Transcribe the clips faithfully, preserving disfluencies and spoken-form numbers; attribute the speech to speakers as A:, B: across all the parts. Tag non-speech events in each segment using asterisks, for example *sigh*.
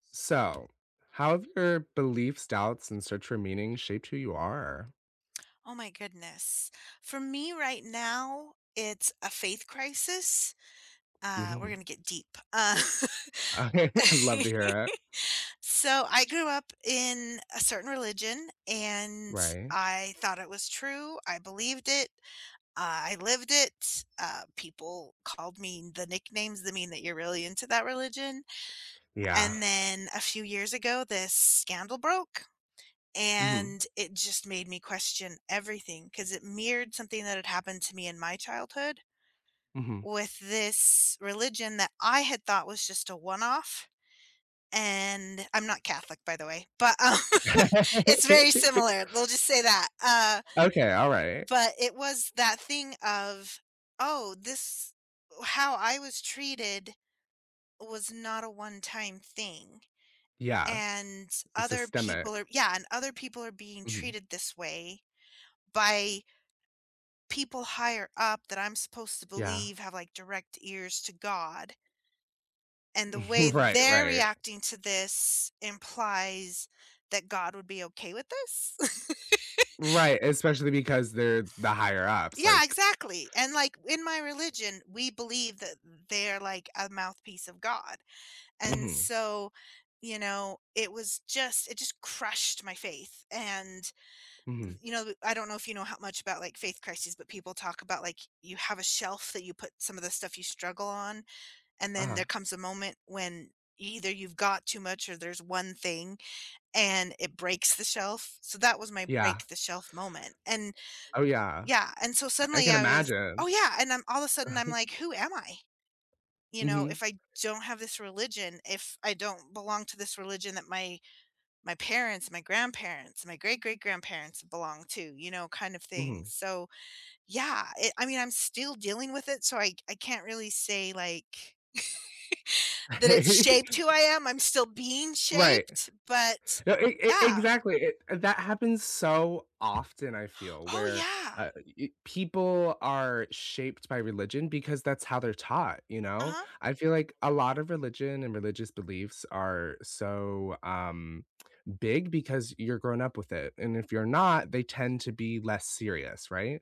A: So
B: So, how have your beliefs, doubts, and search for meaning shaped who you are?
A: Oh my goodness. For me right now, it's a faith crisis. Uh, we're going
B: Mhm.
A: to get deep. Uh,
B: Okay, *laughs* I'd love to hear it.
A: *laughs* so I grew up in a certain religion, and
B: Right.
A: I thought it was true. I believed it. Uh, I lived it. Uh, people called me the nicknames that mean that you're really into that religion.
B: Yeah.
A: And then a few years ago, this scandal broke.
B: hmm
A: And it just made me question everything because it mirrored something that had happened to me in my childhood
B: hmm
A: with this religion that I had thought was just a one off. And I'm not Catholic, by the way, but um, *laughs* it's very
B: *laughs*
A: similar. We'll just say that. Uh,
B: okay. All right.
A: but it was that thing of, oh, this, how I was treated was not a one time thing.
B: Yeah.
A: And other people
B: Systemic.
A: are, yeah, and other people are being
B: Mhm.
A: treated this way by people higher up that I'm supposed to
B: Yeah.
A: believe have, like, direct ears to God. And the
B: *laughs*
A: way
B: right.
A: they're
B: Right.
A: reacting to this implies that God would be okay with this? *laughs*
B: Right. Especially because they're the higher ups.
A: Yeah,
B: Like.
A: exactly, and, like, in my religion, we believe that they're, like, a mouthpiece of God, and
B: Hmm
A: so, you know, it was just it just crushed my faith, and,
B: hmm
A: you know, I don't know if you know how much about, like, faith crises, but people talk about, like, you have a shelf that you put some of the stuff you struggle on, and
B: Uh
A: then
B: huh.
A: there comes a moment when either you've got too much or there's one thing and it breaks the shelf. So that was my
B: Yeah.
A: break the shelf moment, and
B: Oh yeah.
A: yeah, and so
B: I, I
A: suddenly
B: can
A: I was
B: imagine.
A: oh, yeah, and I'm all of a sudden I'm
B: *laughs*
A: like, "Who am I?" You know,
B: hmm
A: if I don't have this religion, if I don't belong to this religion that my my parents, my grandparents, my great-great-grandparents belong to, you know, kind of thing.
B: hmm
A: So, yeah, it I mean, I'm still dealing with it, so I I can't really say, like, that it's shaped
B: *laughs*
A: who I am. I'm still being
B: right.
A: shaped, but
B: No, e e
A: yeah.
B: exactly, it uh, that happens so often, I feel,
A: Oh,
B: where,
A: yeah.
B: uh, y people are shaped by religion because that's how they're taught, you know?
A: Uh-huh.
B: I feel like a lot of religion and religious beliefs are so, um, big because you're grown up with it, and if you're not, they tend to be less serious, right?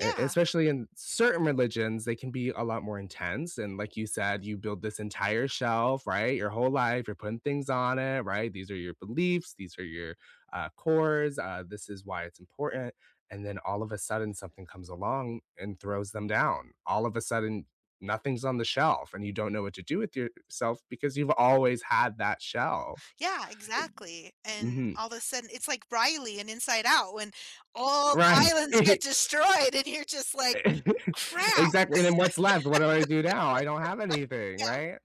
B: E especially in certain religions, they can be a lot more intense, and like you said, you build this entire shelf, right, your whole life, you're putting things on it, right? These are your beliefs, these are your, uh, cores, uh, this is why it's important, and then all of a sudden, something comes along and throws them down. All of a sudden, nothing's on the shelf, and you don't know what to do with yourself because you've always had that shelf.
A: Yeah, exactly, and
B: Mhm.
A: all of a sudden, it's like Riley and Inside Out when all the *laughs*
B: Right.
A: islands
B: *laughs*
A: get destroyed, and you're just like,
B: *laughs*
A: "Crap."
B: Exactly, and then what's left? What do I do now? I don't have anything,
A: Yeah,
B: right?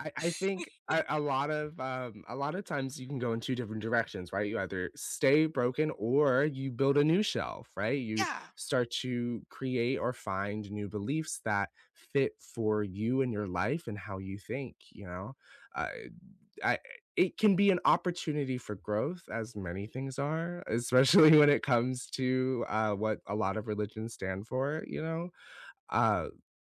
B: I I think a a lot of, um a lot of times you can go in two different directions, right? You either stay broken or you build a new shelf, right? You
A: yeah,
B: start to create or find new beliefs that fit for you and your life and how you think, you know? Uh, I it can be an opportunity for growth as many things are, *laughs* especially when it comes to, uh, what a lot of religions stand for, you know? Uh,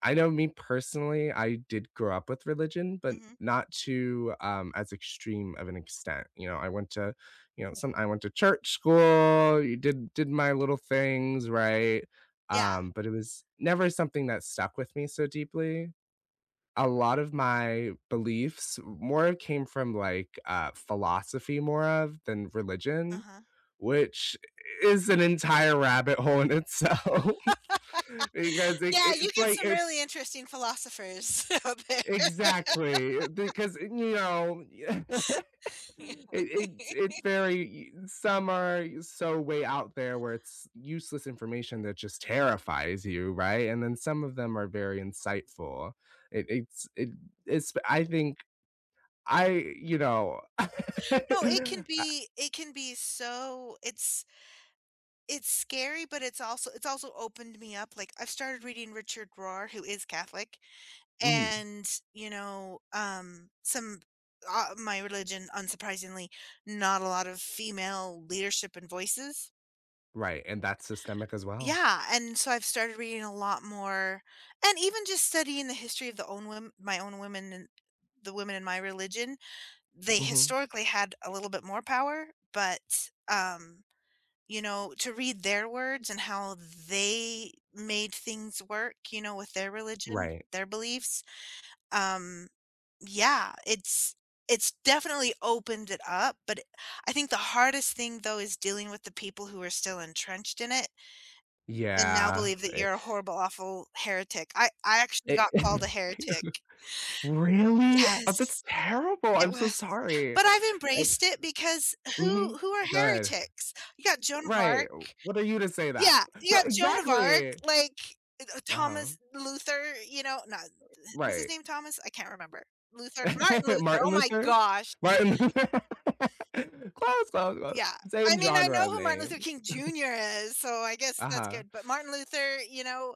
B: I know me personally, I did grow up with religion, but
A: mhm,
B: not to, um, as extreme of an extent, you know, I went to, you know, some I went to church school, you did did my little things, right?
A: yeah,
B: Um, but it was never something that stuck with me so deeply. A lot of my beliefs more came from like, uh, philosophy more of than religion
A: uh-huh.
B: which is an entire rabbit hole in itself *laughs* because it,
A: Yeah, you
B: it's
A: get
B: like
A: some
B: it's
A: really interesting philosophers *laughs* out there.
B: exactly eh, because eh, you know *laughs* it,
A: *laughs*
B: it's it's very some are so way out there where it's useless information that just terrifies you right and then some of them are very insightful it, it's it, it's I think I you know *laughs*
A: No, it can
B: I-
A: be it can be so it's it's scary, but it's also it's also opened me up. Like, I've started reading Richard Rohr, who is Catholic.
B: mhm,
A: And, you know, um, some uh, my religion, unsurprisingly, not a lot of female leadership and voices.
B: right and that's systemic as well
A: Yeah, and so I've started reading a lot more and even just studying the history of the own women, my own women and the women in my religion. They
B: hmm
A: historically had a little bit more power, but, um, you know, to read their words and how they made things work, you know, with their religion,
B: right
A: their beliefs. um Yeah, it's it's definitely opened it up, but I think the hardest thing, though, is dealing with the people who are still entrenched in it and now
B: Yeah,
A: believe that
B: it
A: you're a horrible, awful heretic. I I actually
B: it
A: got called a
B: *laughs*
A: heretic.
B: Really? Oh, that's
A: Yes,
B: terrible,
A: it
B: I'm so
A: was.
B: sorry.
A: But I've
B: And
A: embraced it, because who
B: mhm,
A: who are
B: good.
A: heretics? You got Joan of
B: Right,
A: Arc.
B: what are you to say that?
A: Yeah, you
B: No,
A: got Joan of Arc,
B: exactly.
A: like, uh, uh, Thomas
B: Uh-huh,
A: Luther, you know, not what's his
B: right.
A: name, Thomas? I can't remember. Luther Martin
B: *laughs*
A: Luther,
B: Martin
A: oh my
B: Luther?
A: gosh.
B: Martin Luther. *laughs* Close, close, close.
A: Yeah. I
B: Same
A: mean, I know
B: genre of
A: who Martin Luther
B: name.
A: King Junior is, so I guess that's
B: Uh-huh,
A: good, but Martin Luther, you know,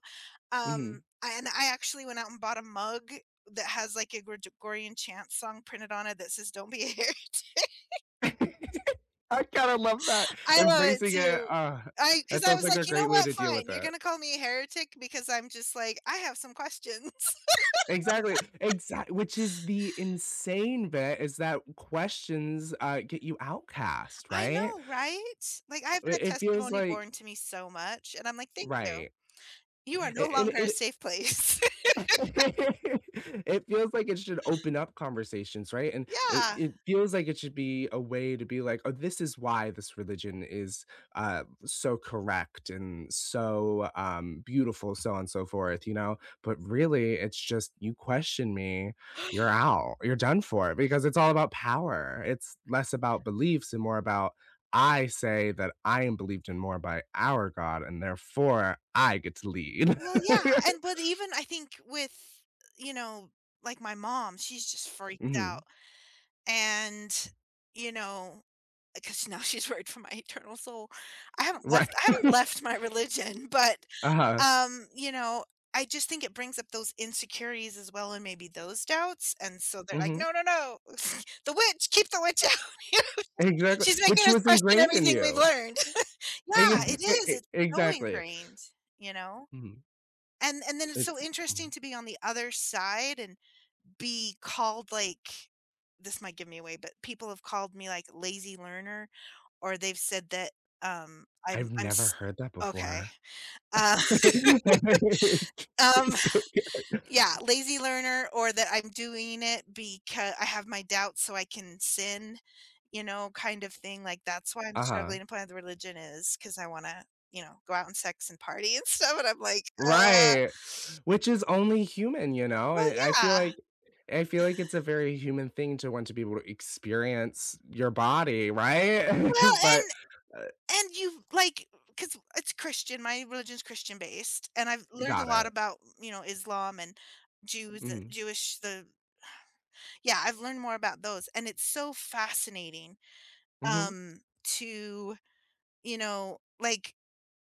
A: um,
B: mhm.
A: I, and I actually went out and bought a mug that has, like, a Gregorian chant song printed on it that says, "Don't be a heretic."
B: *laughs* I kinda love that,
A: *laughs* I love it
B: embracing it,
A: too.
B: ah,
A: I Because
B: that
A: I
B: sounds
A: was
B: like a
A: like, "You know
B: great way
A: what?
B: to deal
A: Fine.
B: with
A: You're
B: it.
A: gonna call me a heretic, because I'm just like, I have some questions." *laughs*
B: Exactly, exact which is the insane bit is that questions, uh, get you outcast,
A: I
B: right?
A: know, right? Like, I've
B: I
A: had
B: it feels
A: testimony
B: like
A: borne to me so much, and I'm like, "Thank you.
B: right.
A: You are no
B: It and
A: longer a
B: it
A: safe place." *laughs*
B: *laughs* It feels like it should open up conversations, right? And it
A: Yeah.
B: it feels like it should be a way to be like, "Oh, this is why this religion is, uh, so correct and so, um, beautiful, so on and so forth," you know? But really, it's just, "You question me, you're
A: *gasps*
B: out, you're done for," because it's all about power. It's less about beliefs and more about, "I say that I am believed in more by our God, and therefore I get to lead."
A: Well, yeah, and
B: *laughs*
A: but even I think with, you know, like, my mom, she's just freaked out,
B: Mhm.
A: and, you know because now *laughs* she's worried for my eternal soul. I haven't
B: Right.
A: left I haven't
B: *laughs*
A: left my religion, but,
B: Uh-huh.
A: um, you know, I just think it brings up those insecurities as well and maybe those doubts, and so they're like,
B: Mhm.
A: "No, no, no, *laughs* the witch, keep the witch out." *laughs*
B: Exactly,
A: She's making
B: which
A: us
B: was
A: question
B: ingrained in
A: everything we've
B: you.
A: learned. *laughs* Yeah, it
B: Ex- *laughs* E
A: is,
B: e
A: it's so
B: exactly.
A: ingrained, you know?
B: Mhm.
A: And and then it's so
B: It's
A: interesting
B: mm,
A: to be on the other side and be called, like, this might give me away, but people have called me, like, lazy learner, or they've said that, um, I'm
B: I've
A: I'm
B: never
A: s
B: heard that
A: okay.
B: before.
A: Uh,
B: *laughs*
A: *laughs* um,
B: It's so
A: yeah, lazy learner, or that I'm doing it because I have my doubts so I can sin, you know, kind of thing, like, that's why I'm
B: Uh-huh.
A: struggling to find the religion is because I wanna, you know, go out and sex and party *laughs* and stuff, and I'm like, "Uh,
B: Right, which is only human, you know?
A: well,
B: I I feel
A: yeah."
B: like I feel like it's a very human thing to want to be able to experience your body, right?
A: Well,
B: *laughs* But, uh
A: And you've like, because it's Christian, my religion's Christian based, and I've learned a
B: got
A: lot
B: it.
A: about, you know, Islam and Jews uh,
B: Mhm.
A: Jewish the yeah, I've learned more about those, and it's so fascinating,
B: Mhm.
A: um, to, you know, like,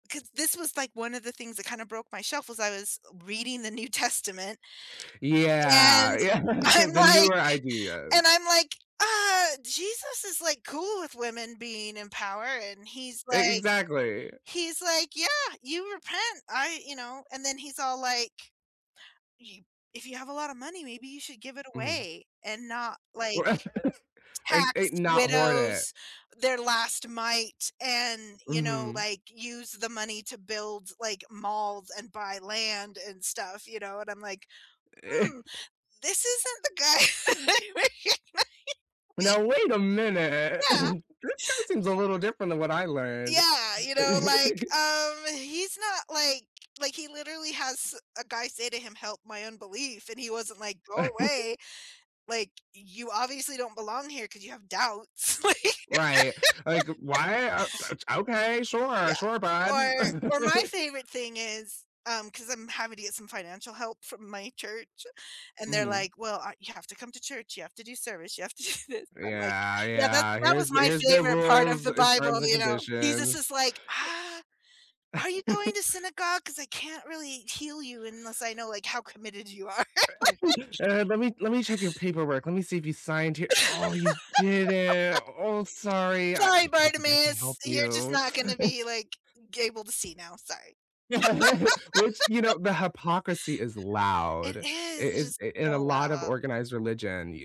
A: because this was, like, one of the things that kinda broke my shelf was I was reading the New *laughs* Testament,
B: Yeah,
A: and
B: *laughs* yeah, *laughs*
A: I'm
B: the
A: like
B: newer
A: and
B: ideas.
A: I'm like, "Uh, Jesus is, like, cool with women being in power," and he's
B: E
A: like
B: exactly.
A: He's like, "Yeah, you repent, I," you know, and then he's all like, "You If you have a lot of money, maybe you should give it
B: Mhm.
A: away and not,
B: *laughs*
A: like,
B: I I
A: tax
B: not hornet.
A: widows their last mite and, you know,
B: Mhm.
A: like, use the money to build, like, malls and buy land and stuff," you know, and I'm like, "Hmm,
B: *laughs*
A: this isn't the guy."
B: Now
A: *laughs*
B: wait a
A: Yeah.
B: minute. *laughs* This guy seems a little different than what I learned.
A: Yeah, you
B: *laughs*
A: know, like, um, he's not like, like, he literally has a guy say to him, "Help my unbelief," and he wasn't like, "Go away, like, you obviously don't belong here because you have doubts." *laughs* Like,
B: Right. Like, why are okay, sure,
A: yeah.
B: sure, bud.
A: Or
B: *laughs*
A: or my favorite thing is, um, because 'cause I'm having to get some financial help from my church, and they're
B: Mhm.
A: like, "Well, uh, you have to come to church, you have to do service, you have to *laughs* do this," and I'm like,
B: Yeah,
A: "Yeah, that
B: yeah.
A: that was
B: Here's
A: my
B: here's the
A: favorite part of
B: rules,
A: the
B: the
A: Bible,"
B: terms and
A: you know? Jesus
B: conditions.
A: is like, "Ah, are you going
B: *laughs*
A: to synagogue? Because I can't really heal you unless I know, like, how committed you are. *laughs*
B: Uh, let me let me check your paperwork. Let me see if you signed here. Oh, you didn't. Oh, sorry. I,
A: Sorry,
B: I don't think I can
A: Bartimaeus,
B: help
A: you're just
B: you.
A: not gonna be, like, able to see now, sorry."
B: *laughs* Which, you know, the hypocrisy is
A: It
B: loud.
A: is,
B: It
A: it
B: is
A: is
B: in a
A: so
B: lot of
A: loud.
B: organized religion.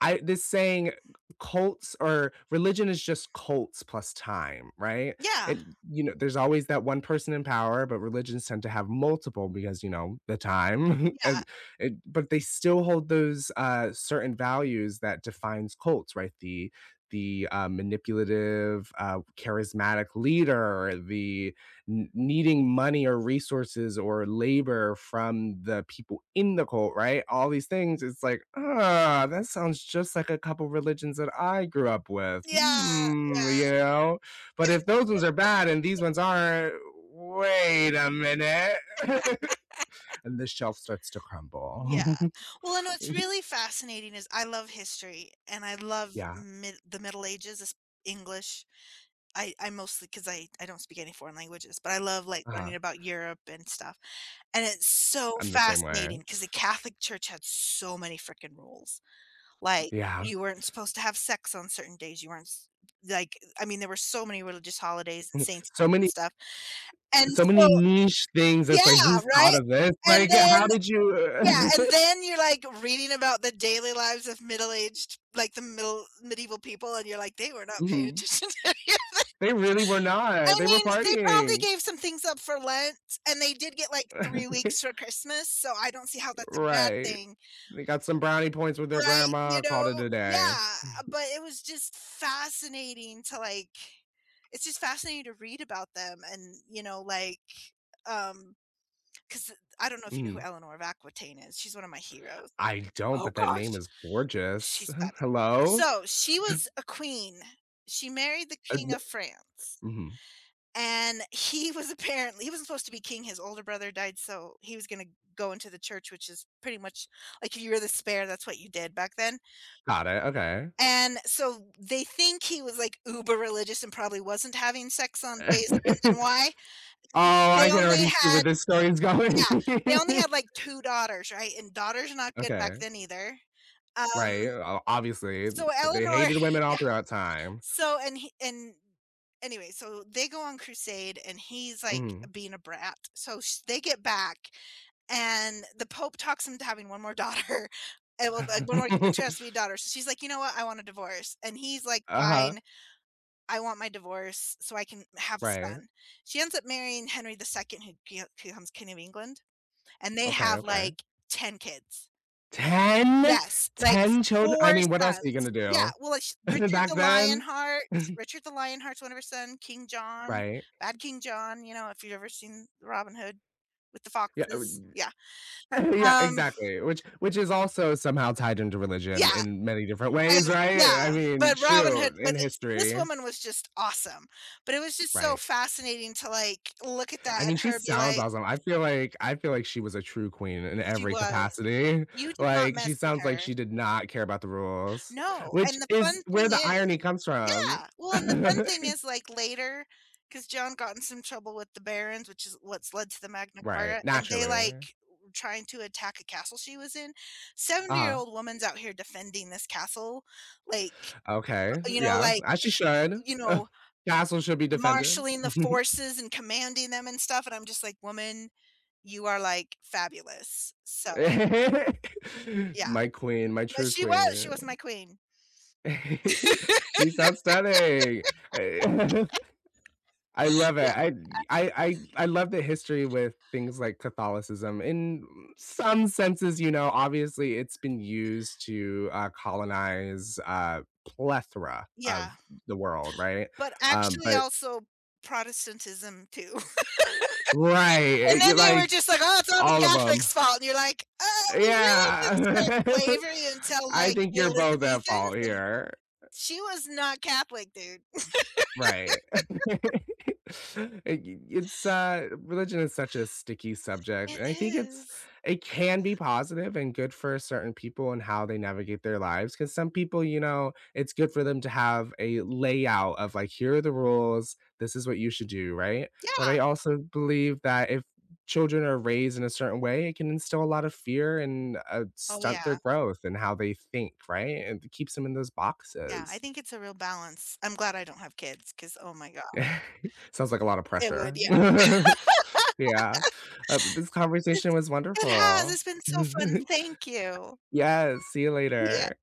B: I this saying cults or religion is just cults plus time, right?
A: Yeah,
B: And, you know, there's always that one person in power, but religions tend to have multiple because, you know, the time *laughs*
A: yeah,
B: and and but they still hold those, uh, certain values that defines cults, right? The the, uh, manipulative, uh, charismatic leader, the n- needing money or resources or labor from the people in the cult, right? All these things. It's like, ah, that sounds just like a couple religions that I grew up with.
A: yeah,
B: Hmm,
A: yeah,
B: you know? But if those ones are bad and these ones aren't, wait a minute. *laughs* And the shelf starts to
A: yeah.
B: crumble.
A: Well, and what's really
B: *laughs*
A: fascinating is I love history, and I love
B: yeah.
A: mid the Middle Ages, es English. I I mostly, because I I don't speak any foreign languages, but I love, like,
B: Uh-huh.
A: learning about Europe and stuff. And it's so
B: I'm the same way.
A: fascinating because the Catholic Church had so many frickin' rules. Like,
B: Yeah.
A: you weren't supposed to have sex on certain days, you weren't s like, I mean, there were so many religious holidays and saints' days
B: So
A: and
B: many
A: stuff. And
B: so
A: so
B: many niche things.
A: Yeah,
B: It's like who thought
A: right?
B: of this?
A: And
B: Like how
A: then
B: did
A: Yeah,
B: you
A: and then
B: *laughs*
A: you're, like, reading about the daily lives of middle-aged like, the middle medieval people, and you're like, "They were not paying
B: Mhm.
A: attention *laughs* to any."
B: They really were not.
A: I
B: They were
A: mean, they probably
B: partying.
A: gave some things up for Lent, and they did get, like, three weeks
B: *laughs*
A: for Christmas, so I don't see how that's a bad
B: Right.
A: thing.
B: They got some brownie points with their
A: Right, you
B: grandma,
A: know?
B: called it a day.
A: Yeah, uh, but it was just fascinating to, like it's just fascinating to read about them and, you know, like, um, cause uh, I don't know if you know who
B: Mhm.
A: Eleanor of Aquitaine is, she's one of my heroes.
B: I don't,
A: Oh
B: but that name
A: gosh,
B: is gorgeous.
A: she's
B: *laughs*
A: fabulous.
B: Hello?
A: So, she was a queen. She married the
B: Uh,
A: King
B: n
A: of France,
B: mhm.
A: and he *laughs* was, apparently he wasn't supposed to be king, his older brother died, so he was gonna go into the church, which is pretty much like, if you were the spare, that's what you did back then.
B: Got it, okay.
A: And so they think he was, like, uber religious and probably wasn't having sex on days that end in
B: *laughs*
A: Y.
B: Oh, I
A: They
B: can
A: only
B: already see where
A: had
B: this story is going.
A: Yeah, they only
B: *laughs*
A: had, like, two daughters, right? And daughters are not good back
B: Okay.
A: then either.
B: Right,
A: Um,
B: o obviously,
A: so
B: they
A: Eleanor
B: hated women
A: *laughs* yeah,
B: all throughout time.
A: so and he and anyway, so they go on crusade, and he's, like,
B: Mhm.
A: being a brat. So sh they get back and the Pope talks him to having one more daughter. *laughs* It was like, one more kid, it has to be a
B: *laughs*
A: daughter. So she's like, "You know what? I want a divorce." And he's like,
B: Uh-huh.
A: "Fine. I want my divorce so I can have a
B: Right.
A: son." She ends up marrying Henry the Second, who ge becomes King of England, and they
B: Okay,
A: have,
B: okay.
A: like, ten kids.
B: ten?
A: Yes, like,
B: ten children? I
A: four
B: mean, what else are you
A: sons.
B: gonna
A: Yeah,
B: do?
A: well, it's
B: *laughs*
A: Richard
B: Back
A: the
B: then?
A: Lionheart
B: *laughs*
A: Richard the Lionheart's one of her son, King John,
B: Right.
A: Bad King John, you know, if you've ever seen Robin Hood with the
B: Yeah,
A: foxes, yeah,
B: uh, *laughs* yeah,
A: um,
B: exactly, which which is also somehow tied into
A: yeah.
B: religion in many different
A: I
B: ways, right?
A: Yeah,
B: I mean,
A: but Robin Hood
B: shoot,
A: but
B: in
A: this this
B: history.
A: woman was just awesome, but it was just so
B: Right.
A: fascinating to, like, look at that
B: I mean,
A: and
B: she
A: her be
B: sounds
A: like.
B: awesome. I feel like I feel like she was a true queen in
A: She
B: every
A: was.
B: capacity.
A: You did not
B: Like, she
A: mess with
B: sounds like
A: her.
B: she did not care about the rules,
A: No,
B: which
A: and the fun
B: is
A: thing
B: where the
A: is
B: irony comes from.
A: yeah, well, and the fun thing
B: *laughs*
A: is, like, later, because Joan got in some trouble with the barons, which is what's led to the Magna
B: Right,
A: Carta, and they,
B: naturally.
A: like, were trying to attack a castle she was in.
B: Uh-huh.
A: Seventy-year-old woman's out here defending this castle, like,
B: Okay,
A: you know,
B: yeah,
A: like,
B: as she should.
A: you
B: Ugh,
A: know
B: castle should be defended.
A: marshaling the forces and commanding them and stuff, and I'm just like, "Woman, you are, like, fabulous." So,
B: *laughs*
A: yeah.
B: My queen, my
A: But
B: true
A: she was, she
B: queen.
A: was my queen.
B: *laughs* She sounds stunning. I *laughs* I love it.
A: Yeah,
B: I I I I love the history with things like Catholicism. In some senses, you know, obviously it's been used to, uh, colonize a plethora of
A: yeah.
B: the world, right?
A: But
B: Um,
A: actually
B: but
A: also Protestantism too. *laughs*
B: right, eh,
A: And
B: you
A: then they were
B: like
A: just like, "Oh, it's all the
B: all of them.
A: Catholics' fault," and you're like, "Uh, we really didn't
B: Yeah.
A: start
B: *laughs*
A: slavery until,
B: I
A: like,
B: think
A: the
B: you're both at
A: Elizabethans,
B: fault
A: and
B: here.
A: she was not Catholic, dude."
B: Right. *laughs* It it's, uh religion is such a sticky subject,
A: It
B: and I think it's
A: is.
B: it can be positive and good for certain people and how they navigate their lives. Because some people, you know, it's good for them to have a layout of, like, "Here are the rules, this is what you should do," right? But I
A: Yeah.
B: also believe that if children are raised in a certain way, it can instill a lot of fear and, uh,
A: Oh,
B: stunt
A: yeah.
B: their growth and how they think, right? And it keeps them in those
A: Yeah, I
B: boxes.
A: think it's a real balance. I'm glad I don't have kids, because oh my god,
B: *laughs* Sounds like a lot of
A: it would,
B: pressure.
A: yeah.
B: *laughs* Yeah. Uh, this
A: It's
B: conversation was
A: it has,
B: wonderful.
A: it's been
B: *laughs*
A: so fun, thank you.
B: Yes, see you
A: Yeah.
B: later.